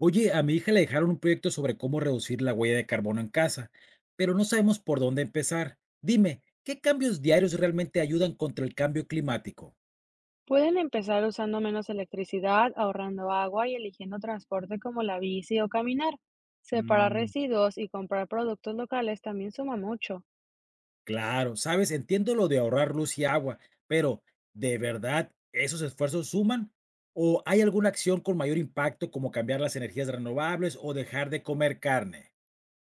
Oye, a mi hija le dejaron un proyecto sobre cómo reducir la huella de carbono en casa, pero no sabemos por dónde empezar. Dime, ¿qué cambios diarios realmente ayudan contra el cambio climático? Pueden empezar usando menos electricidad, ahorrando agua y eligiendo transporte como la bici o caminar. Separar Mm, residuos y comprar productos locales también suma mucho. claro, sabes, entiendo lo de ahorrar luz y agua, pero ¿de verdad esos esfuerzos suman? ¿O hay alguna acción con mayor impacto como cambiar las energías renovables o dejar de comer carne?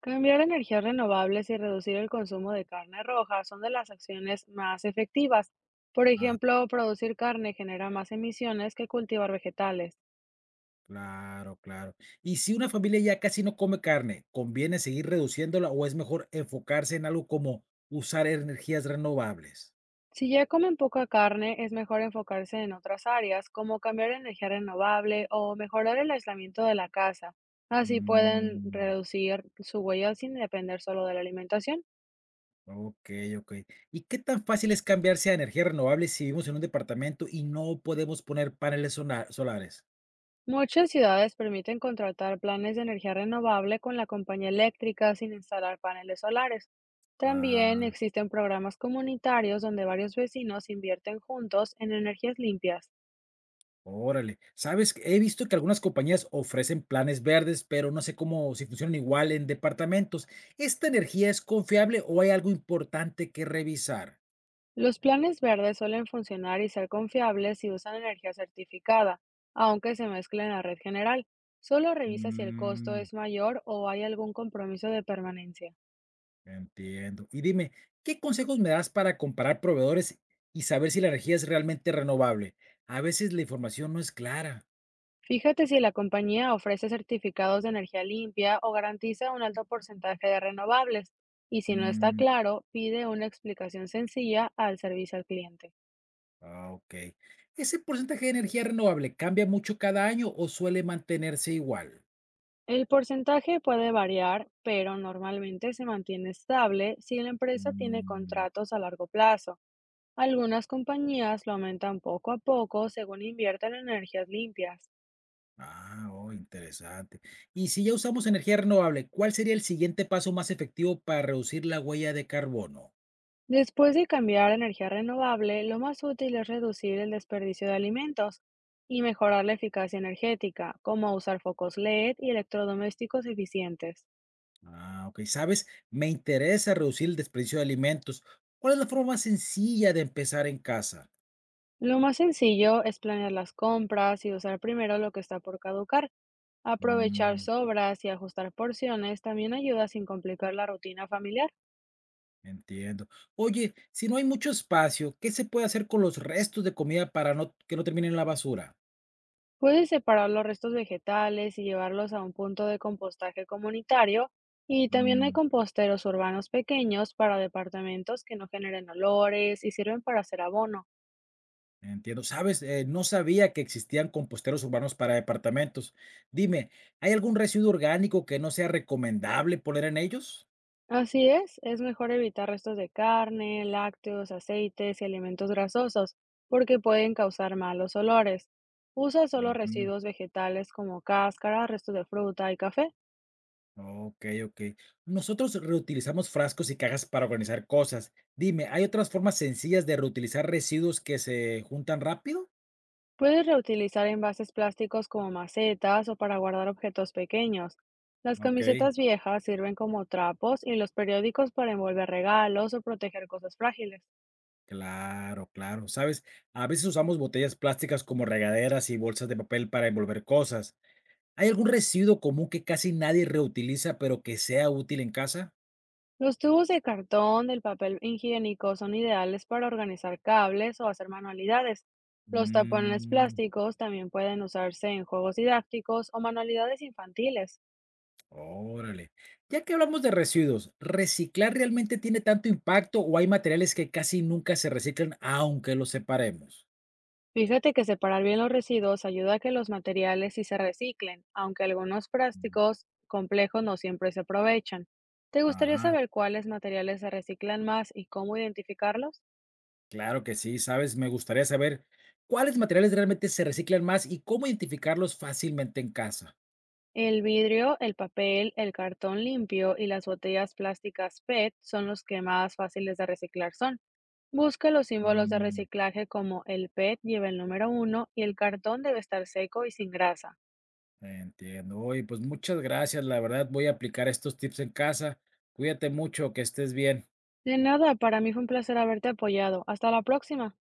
Cambiar a energías renovables y reducir el consumo de carne roja son de las acciones más efectivas. Por ejemplo, producir carne genera más emisiones que cultivar vegetales. Claro, claro. Y si una familia ya casi no come carne, ¿conviene seguir reduciéndola o es mejor enfocarse en algo como usar energías renovables? Si ya comen poca carne, es mejor enfocarse en otras áreas, como cambiar a energía renovable o mejorar el aislamiento de la casa. Así pueden Mm, reducir su huella sin depender solo de la alimentación. ok, ok. ¿Y qué tan fácil es cambiarse a energías renovables si vivimos en un departamento y no podemos poner paneles solares? Muchas ciudades permiten contratar planes de energía renovable con la compañía eléctrica sin instalar paneles solares. También Ah, existen programas comunitarios donde varios vecinos invierten juntos en energías limpias. órale. Sabes, he visto que algunas compañías ofrecen planes verdes, pero no sé cómo si funcionan igual en departamentos. ¿Esta energía es confiable o hay algo importante que revisar? Los planes verdes suelen funcionar y ser confiables si usan energía certificada, aunque se mezcle en la red general. Solo revisa si el costo Mm, es mayor o hay algún compromiso de permanencia. Entiendo. Y dime, ¿qué consejos me das para comparar proveedores y saber si la energía es realmente renovable? A veces la información no es clara. Fíjate si la compañía ofrece certificados de energía limpia o garantiza un alto porcentaje de renovables. Y si no está Mm, claro, pide una explicación sencilla al servicio al cliente. ah, ok. ¿Ese porcentaje de energía renovable cambia mucho cada año o suele mantenerse igual? El porcentaje puede variar, pero normalmente se mantiene estable si la empresa tiene Mm, contratos a largo plazo. Algunas compañías lo aumentan poco a poco según inviertan en energías limpias. ah, oh, interesante. Y si ya usamos energía renovable, ¿cuál sería el siguiente paso más efectivo para reducir la huella de carbono? Después de cambiar a energía renovable, lo más útil es reducir el desperdicio de alimentos y mejorar la eficacia energética, como usar focos LED y electrodomésticos eficientes. Ah, ok. ¿Sabes? Me interesa reducir el desperdicio de alimentos. ¿Cuál es la forma más sencilla de empezar en casa? Lo más sencillo es planear las compras y usar primero lo que está por caducar. Aprovechar Mm, sobras y ajustar porciones también ayuda sin complicar la rutina familiar. Entiendo. Oye, si no hay mucho espacio, ¿qué se puede hacer con los restos de comida para que no terminen en la basura? Puedes separar los restos vegetales y llevarlos a un punto de compostaje comunitario y también hay Mm, composteros urbanos pequeños para departamentos que no generen olores y sirven para hacer abono. Entiendo. ¿Sabes? No sabía que existían composteros urbanos para departamentos. Dime, ¿hay algún residuo orgánico que no sea recomendable poner en ellos? Así es mejor evitar restos de carne, lácteos, aceites y alimentos grasosos porque pueden causar malos olores. Usa solo residuos vegetales como cáscara, restos de fruta y café. Okey, okey. Nosotros reutilizamos frascos y cajas para organizar cosas. Dime, ¿hay otras formas sencillas de reutilizar residuos que se juntan rápido? Puedes reutilizar envases plásticos como macetas o para guardar objetos pequeños. Las Okey, camisetas viejas sirven como trapos y los periódicos para envolver regalos o proteger cosas frágiles. claro, claro. ¿Sabes? A veces usamos botellas plásticas como regaderas y bolsas de papel para envolver cosas. ¿Hay algún residuo común que casi nadie reutiliza, pero que sea útil en casa? Los tubos de cartón del papel higiénico son ideales para organizar cables o hacer manualidades. Los tapones Mm. plásticos también pueden usarse en juegos didácticos o manualidades infantiles. Órale. Ya que hablamos de residuos, ¿reciclar realmente tiene tanto impacto o hay materiales que casi nunca se reciclan aunque los separemos? Fíjate que separar bien los residuos ayuda a que los materiales sí se reciclen, aunque algunos Mm, plásticos complejos no siempre se aprovechan. ¿Te gustaría ajá, saber cuáles materiales se reciclan más y cómo identificarlos? claro que sí, sabes, me gustaría saber cuáles materiales realmente se reciclan más y cómo identificarlos fácilmente en casa. El vidrio, el papel, el cartón limpio y las botellas plásticas PET son los que más fáciles de reciclar son. Busca los símbolos de Mm, reciclaje como el PET lleva el número 1 y el cartón debe estar seco y sin grasa. Entiendo. Oye, pues muchas gracias, la verdad voy a aplicar estos tips en casa. Cuídate mucho, que estés bien. De nada, para mí fue un placer haberte apoyado. Hasta la próxima.